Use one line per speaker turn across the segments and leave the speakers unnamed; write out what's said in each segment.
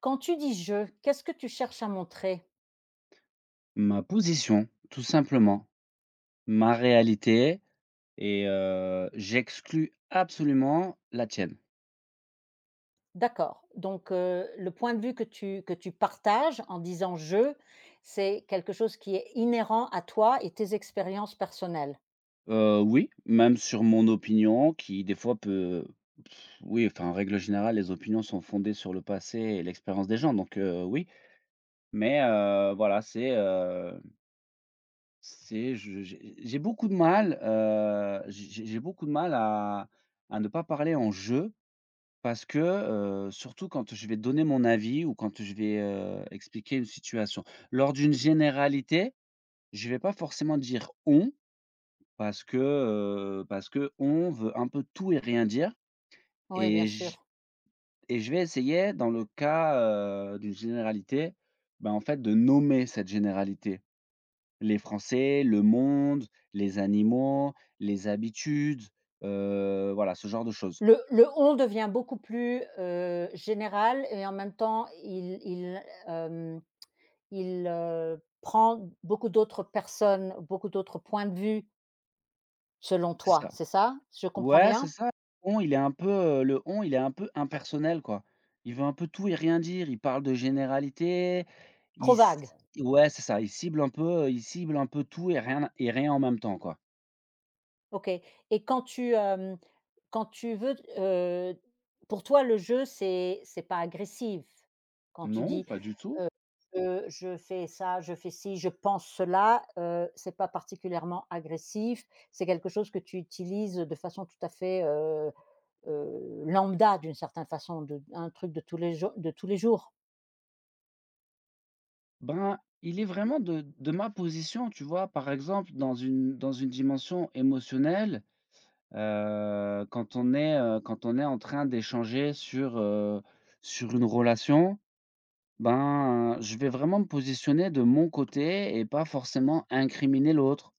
Quand tu dis «je», qu'est-ce que tu cherches à montrer?
Ma position, tout simplement, ma réalité et j'exclus absolument la tienne.
D'accord, donc le point de vue que tu partages en disant «je», c'est quelque chose qui est inhérent à toi et tes expériences personnelles.
Oui, même sur mon opinion qui des fois peut oui, enfin, en règle générale, les opinions sont fondées sur le passé et l'expérience des gens donc oui, mais voilà, c'est je j'ai beaucoup de mal, j'ai beaucoup de mal à ne pas parler en jeu. Parce que, surtout quand je vais donner mon avis ou quand je vais, expliquer une situation. Lors d'une généralité, je vais pas forcément dire «on» parce que "on" veut un peu tout et rien dire
Oui, bien
et j
sûr.
et je vais essayer dans le cas, d'une généralité, ben en fait, de nommer cette généralité. Les Français, le monde, les animaux, les habitudes, voilà, ce genre de choses.
Le «on» devient beaucoup plus, général, et en même temps il prend beaucoup d'autres personnes, beaucoup d'autres points de vue. Selon
C'est
toi,
ça.
c'est ça? Je comprends
Ouais, c'est
bien?
ça. On, il est un peu, le on, il est un peu impersonnel, quoi. Il veut un peu tout et rien dire. Il parle de généralités. Il
Trop
c
vague.
Ouais, c'est ça. Il cible un peu, il cible un peu tout et rien en même temps, quoi.
OK. Et quand tu veux, pour toi le jeu, c'est pas agressif? Quand tu
Non,
dis,
pas du tout.
heu, «Je fais ça, je fais ci, je pense cela», c'est pas particulièrement agressif? C'est quelque chose que tu utilises de façon tout à fait, lambda, d'une certaine façon, de un truc de tous les jours de tous les jours?
Ben, il est vraiment de ma position, tu vois? Par exemple, dans une dimension émotionnelle, quand on est en train d'échanger sur, sur une relation. Ben, je vais vraiment me positionner de mon côté et pas forcément incriminer l'autre.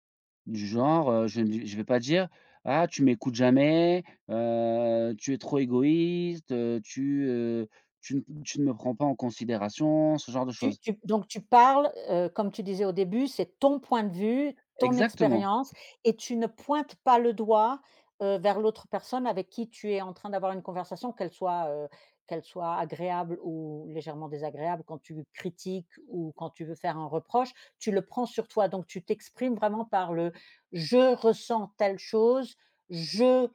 Du genre, je vais pas dire: «Ah, tu m'écoutes jamais, tu es trop égoïste, tu ne me prends pas en considération», ce genre de
Tu
choses.
tu donc tu parles, comme tu disais au début, c'est ton point de vue, ton
Exactement,
expérience, et tu ne pointes pas le doigt, vers l'autre personne avec qui tu es en train d'avoir une conversation, qu'elle soit agréable ou légèrement désagréable. Quand tu critiques ou quand tu veux faire un reproche, tu le prends sur toi. Donc tu t'exprimes vraiment par le: «Je ressens telle chose, je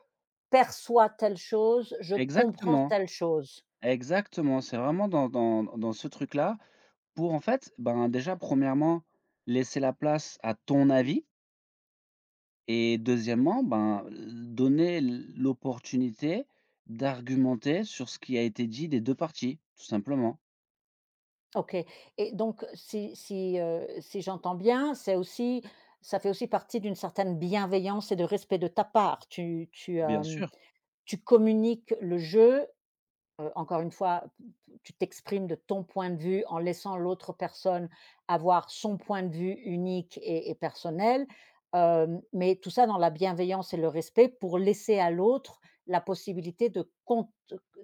perçois telle chose, je comprends
exactement,
telle chose».
exactement. C'est vraiment dans ce truc-là pour en fait, ben, déjà premièrement laisser la place à ton avis. Et deuxièmement, ben, donner l'opportunité d'argumenter sur ce qui a été dit des 2 parties, tout simplement.
OK. Et donc, si j'entends bien, c'est aussi, ça fait aussi partie d'une certaine bienveillance et de respect de ta part. Tu tu,
Bien
hem,
sûr.
tu communiques le jeu. Encore une fois, tu t'exprimes de ton point de vue en laissant l'autre personne avoir son point de vue unique et personnel, mais tout ça dans la bienveillance et le respect, pour laisser à l'autre la possibilité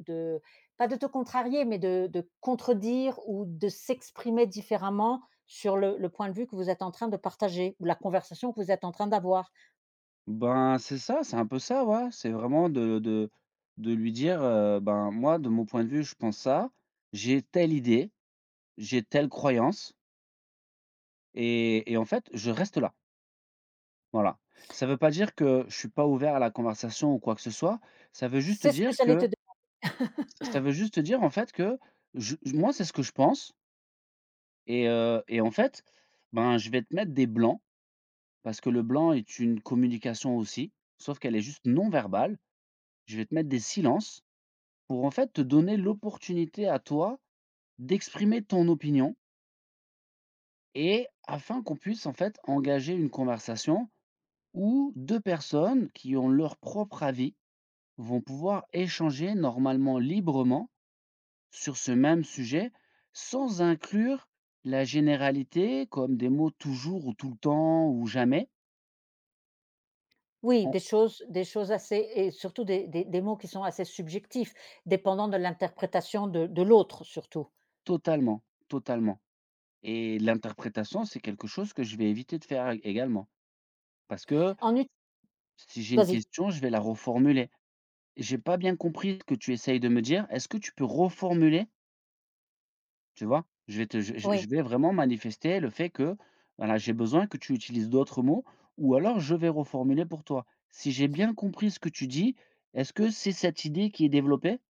de pas, de te contrarier, mais de contredire ou de s'exprimer différemment sur le point de vue que vous êtes en train de partager, ou la conversation que vous êtes en train d'avoir.
Ben, c'est ça, c'est un peu ça, ouais. C'est vraiment de lui dire, «Ben, moi, de mon point de vue, je pense ça, j'ai telle idée, j'ai telle croyance et en fait, je reste là». Voilà. Ça veut pas dire que je suis pas ouvert à la conversation ou quoi que ce soit. Ça veut juste
C'est ce
dire
que j'allais
que
te...
Ça veut juste dire, en fait, que je moi, c'est ce que je pense. Et en fait, ben, je vais te mettre des blancs parce que le blanc est une communication aussi, sauf qu'elle est juste non verbale. Je vais te mettre des silences pour, en fait, te donner l'opportunité à toi d'exprimer ton opinion et afin qu'on puisse, en fait, engager une conversation où 2 personnes qui ont leur propre avis vont pouvoir échanger normalement librement sur ce même sujet sans inclure la généralité comme des mots toujours ou tout le temps ou jamais.
Oui,
On
des choses assez, et surtout des mots qui sont assez subjectifs, dépendant de l'interprétation de l'autre surtout.
Totalement, totalement. Et l'interprétation, c'est quelque chose que je vais éviter de faire ég également. Parce que
En ut
si j'ai une
vas-y,
question, je vais la reformuler. «J'ai pas bien compris ce que tu essayes de me dire, est-ce que tu peux reformuler?» Tu vois? Je je
oui.
je vais vraiment manifester le fait que, voilà, j'ai besoin que tu utilises d'autres mots ou alors je vais reformuler pour toi. «Si j'ai bien compris ce que tu dis, est-ce que c'est cette idée qui est développée?»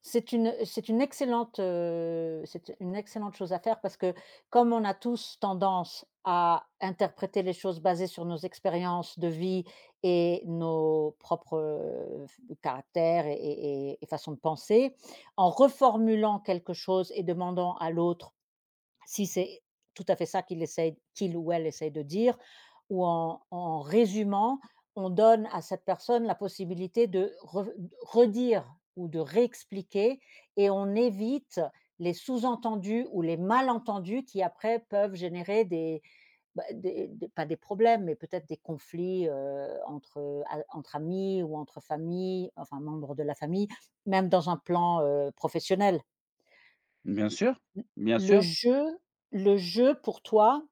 c'est une excellente chose à faire, parce que comme on a tous tendance à interpréter les choses basées sur nos expériences de vie et nos propres, f caractères et façons de penser, en reformulant quelque chose et demandant à l'autre si c'est tout à fait ça qu'il ou elle essaye de dire, ou en résumant, on donne à cette personne la possibilité de re redire ou de réexpliquer, et on évite les sous-entendus ou les malentendus qui après peuvent générer des, bah, des pas des problèmes, mais peut-être des conflits, entre, a entre amis ou entre familles, enfin membres de la famille, même dans un plan, professionnel.
«Bien sûr, bien
le
sûr,
jeu le jeu pour toi,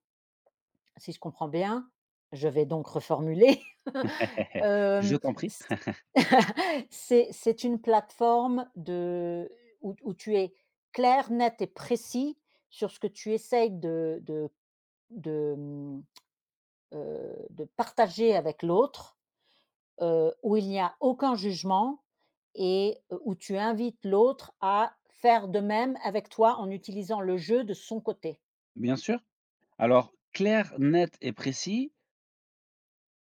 si je comprends bien, je vais donc reformuler,
je
hem,
t'en prie,
c c'est une plateforme de, où où tu es clair, net et précis sur ce que tu essayes de, mmh, de partager avec l'autre, où il n'y a aucun jugement, et où tu invites l'autre à faire de même avec toi en utilisant le jeu de son côté.
bien sûr». Alors, clair, net et précis,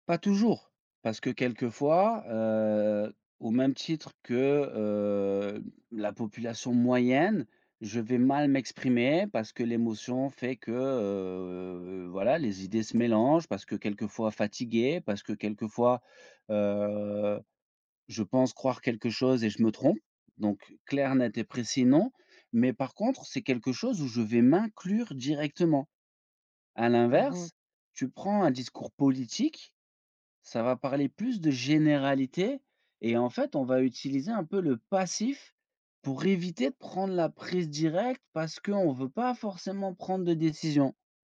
pas toujours, parce que quelquefois, au même titre que, heu, la population moyenne, je vais mal m'exprimer parce que l'émotion fait que, voilà, les idées se mélangent, parce que quelquefois fatigué, parce que quelquefois, heu, je pense croire quelque chose et je me trompe. Donc clair, net et précis, non. Mais par contre, c'est quelque chose où je vais m'inclure directement. À
Mmh.
l'inverse, tu prends un discours politique, ça va parler plus de généralité et en fait, on va utiliser un peu le passif pour éviter de prendre la prise directe parce qu'on ne veut pas forcément prendre de décision,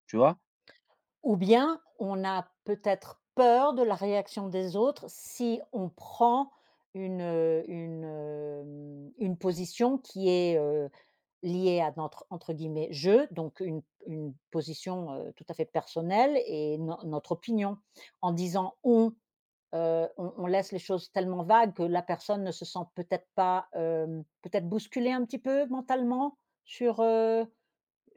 tu vois?
Ou bien on a peut-être peur de la réaction des autres si on prend une position qui est, liée à notre, entre guillemets, jeu, donc une position tout à fait personnelle, et no notre opinion. En disant «on», on laisse les choses tellement vagues que la personne ne se sent peut-être pas, hem, peut-être bousculée un petit peu mentalement sur, euh,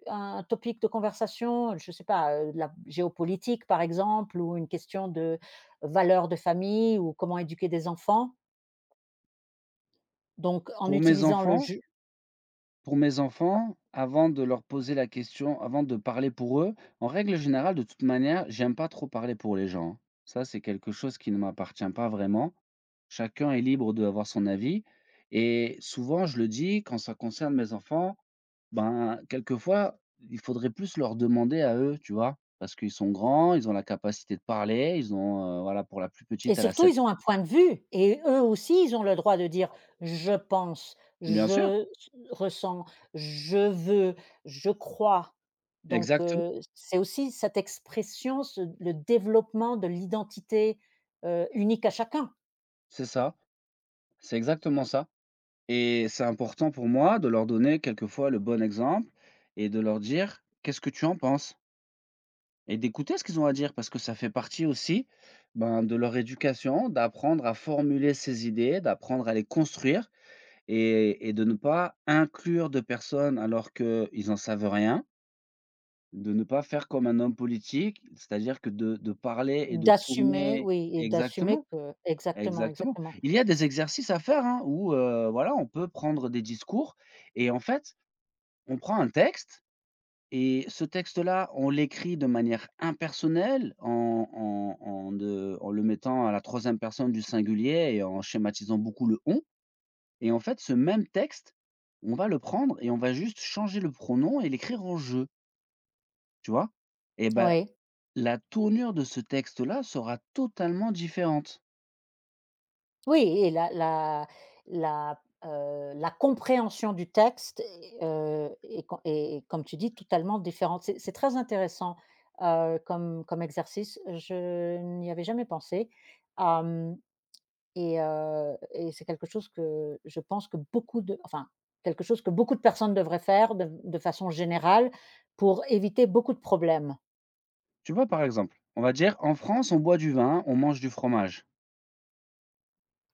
un topic de conversation, je ne sais pas, de la géopolitique par exemple, ou une question de valeurs de famille, ou comment éduquer des enfants. Donc en
Pour mes
utilisant le
enfants,
jeu...
Pour mes enfants, avant de leur poser la question, avant de parler pour eux, en règle générale, de toute manière, j'aime pas trop parler pour les gens, hein. Ça, c'est quelque chose qui ne m'appartient pas vraiment. Chacun est libre d'avoir son avis. Et souvent, je le dis, quand ça concerne mes enfants, ben, quelquefois, il faudrait plus leur demander à eux, tu vois, parce qu'ils sont grands, ils ont la capacité de parler, ils ont, voilà, pour la plus
Et
petite, elle a
surtout
7.
ils ont un point de vue, et eux aussi ils ont le droit de dire: «Je pense,
Bien sûr,
je ressens, je veux, je crois». Donc
exactement,
c'est aussi cette expression, ce le développement de l'identité, unique à chacun.
c'est ça, c'est exactement ça. Et c'est important pour moi de leur donner quelquefois le bon exemple et de leur dire: «Qu'est-ce que tu en penses?» et d'écouter ce qu'ils ont à dire parce que ça fait partie aussi, ben, de leur éducation, d'apprendre à formuler ses idées, d'apprendre à les construire et de ne pas inclure de personnes alors qu'ils en savent rien, de ne pas faire comme un homme politique, c'est-à-dire que de parler et de
D'assumer,
tourner.
oui, et d'assumer
Exactement,
que, exactement,
exactement.
exactement.
Il y a des exercices à faire, hein, où, voilà, on peut prendre des discours et en fait on prend un texte et ce texte-là, on l'écrit de manière impersonnelle en en en ne en le mettant à la troisième personne du singulier et en schématisant beaucoup le «on» et en fait, ce même texte, on va le prendre et on va juste changer le pronom et l'écrire en «je», tu vois? Et ben,
Oui.
la tournure de ce texte-là sera totalement différente.
Oui, et la, la compréhension du texte et, com... et comme tu dis, totalement différente. C'est très intéressant, comme exercice. Je n'y avais jamais pensé, hem, et c'est quelque chose que je pense que beaucoup de enfin, quelque chose que beaucoup de personnes devraient faire de façon générale, pour éviter beaucoup de problèmes.
Tu vois, par exemple, on va dire: «En France, on boit du vin, on mange du fromage».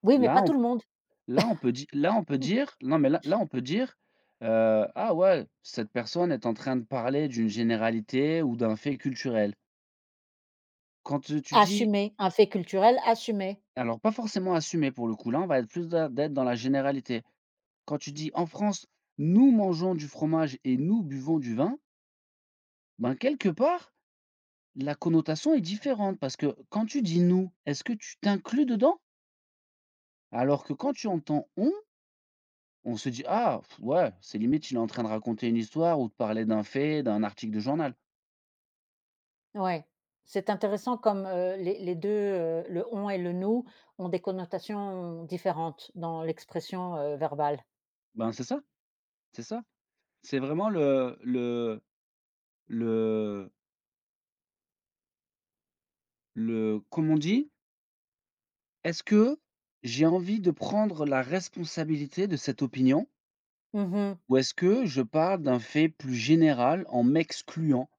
Oui, mais
Là,
pas tout le monde.
Là, on peut dire, là, on peut dire non, mais là, on peut dire, «Ah ouais, cette personne est en train de parler d'une généralité ou d'un fait culturel». Quand tu tu dis
Assumer, un fait culturel, assumer.
Alors pas forcément assumer pour le coup, là, on va être plus da d'être dans la généralité. Quand tu dis: «En France, nous mangeons du fromage et nous buvons du vin», ben, quelque part, la connotation est différente parce que quand tu dis: «Nous», est-ce que tu t'inclus dedans? Alors que quand tu entends: «On», on se dit: «Ah, ouais, c'est limite il est en train de raconter une histoire ou de parler d'un fait, d'un article de journal».
Ouais, c'est intéressant comme, les 2, le «on» et le «nous» ont des connotations différentes dans l'expression, verbale.
Ben, c'est ça, c'est ça. C'est vraiment le le comme on dit, est-ce que j'ai envie de prendre la responsabilité de cette opinion
Mmh,
ou est-ce que je parle d'un fait plus général en m'excluant?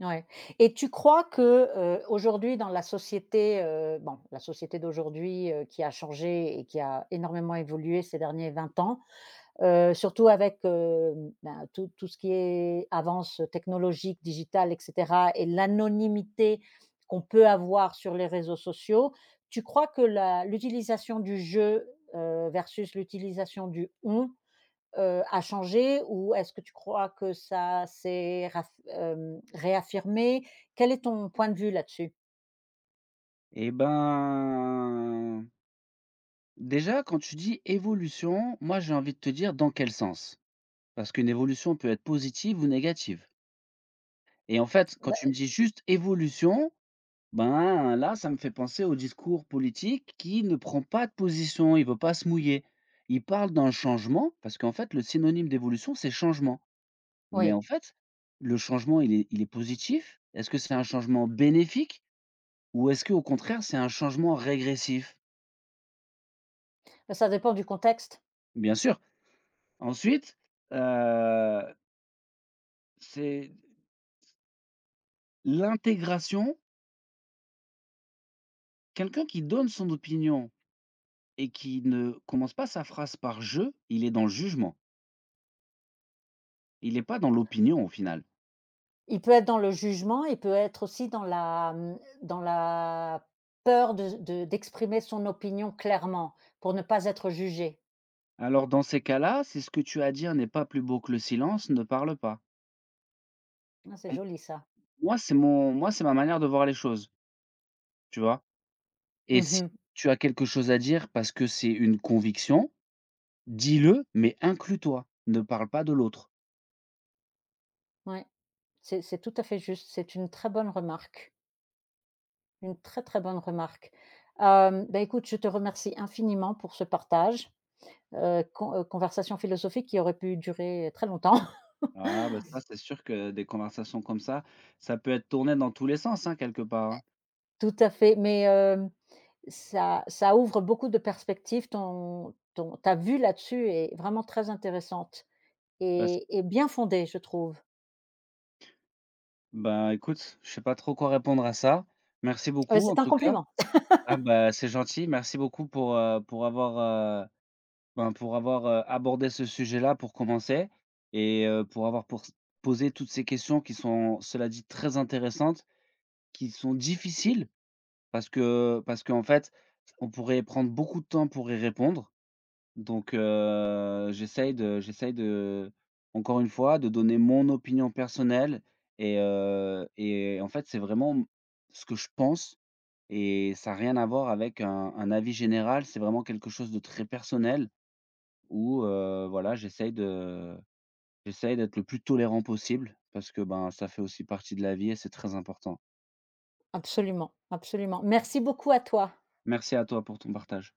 ouais. Et tu crois que, aujourd'hui dans la société, bon, la société d'aujourd'hui, qui a changé et qui a énormément évolué ces derniers 20 ans, surtout avec, ben, tout ce qui est avance technologique, digitale et cetera, et l'anonymité qu'on peut avoir sur les réseaux sociaux, tu crois que la, l'utilisation du jeu versus l'utilisation du «on», a changé, ou est-ce que tu crois que ça s'est réaffirmé? Quel est ton point de vue là-dessus?
Et ben, déjà quand tu dis évolution, moi j'ai envie de te dire dans quel sens? Parce qu'une évolution peut être positive ou négative. Et en fait, quand
Bah,
tu me dis juste évolution, ben, là, ça me fait penser au discours politique qui ne prend pas de position, il veut pas se mouiller. Il parle d'un changement parce qu'en fait, le synonyme d'évolution, c'est changement. Mais
oui,
en fait, le changement, il est positif? Est-ce que c'est un changement bénéfique ou est-ce que au contraire, c'est un changement régressif?
bah, ça dépend du contexte.
Bien sûr. Ensuite, heu, c'est l'intégration. Quelqu'un qui donne son opinion et qui ne commence pas sa phrase par «je», il est dans le jugement. Il est pas dans l'opinion au final.
Il peut être dans le jugement, il peut être aussi dans la peur de d'exprimer son opinion clairement, pour ne pas être jugé.
Alors dans ces cas-là, si ce que tu as à dire n'est pas plus beau que le silence, ne parle pas.
Ah, c'est
M
joli ça.
moi, c'est ma manière de voir les choses, tu vois? Et si
Mmh.
tu as quelque chose à dire parce que c'est une conviction, dis-le, mais inclus-toi, ne parle pas de l'autre.
Ouais, c'est tout à fait juste. C'est une très bonne remarque, une très, très bonne remarque. Bah, écoute, je te remercie infiniment pour ce partage, conversation philosophique qui aurait pu durer très longtemps.
Ah bah, ça, c'est sûr que des conversations comme ça peut être tourné dans tous les sens, hein, quelque part, hein.
Tout à fait, mais hem ça ouvre beaucoup de perspectives, ton ton ta vue là-dessus est vraiment très intéressante
Parce
et bien fondée, je trouve.
Bah, écoute, je sais pas trop quoi répondre à ça. Merci beaucoup en
C'est un
tout cas.
compliment.
Ah bah, c'est gentil, merci beaucoup pour avoir, ben, pour avoir, abordé ce sujet-là pour commencer et pour avoir pour s posé toutes ces questions qui sont, cela dit, très intéressantes, qui sont difficiles parce que parce qu'en fait, on pourrait prendre beaucoup de temps pour y répondre. Donc j'essaye de, encore une fois, de donner mon opinion personnelle et en fait, c'est vraiment, ce que je pense et ça a rien à voir avec un avis général, c'est vraiment quelque chose de très personnel où, voilà, j'essaye d'être le plus tolérant possible parce que, ben, ça fait aussi partie de la vie et c'est très important.
Absolument, absolument. Merci beaucoup à toi.
Merci à toi pour ton partage.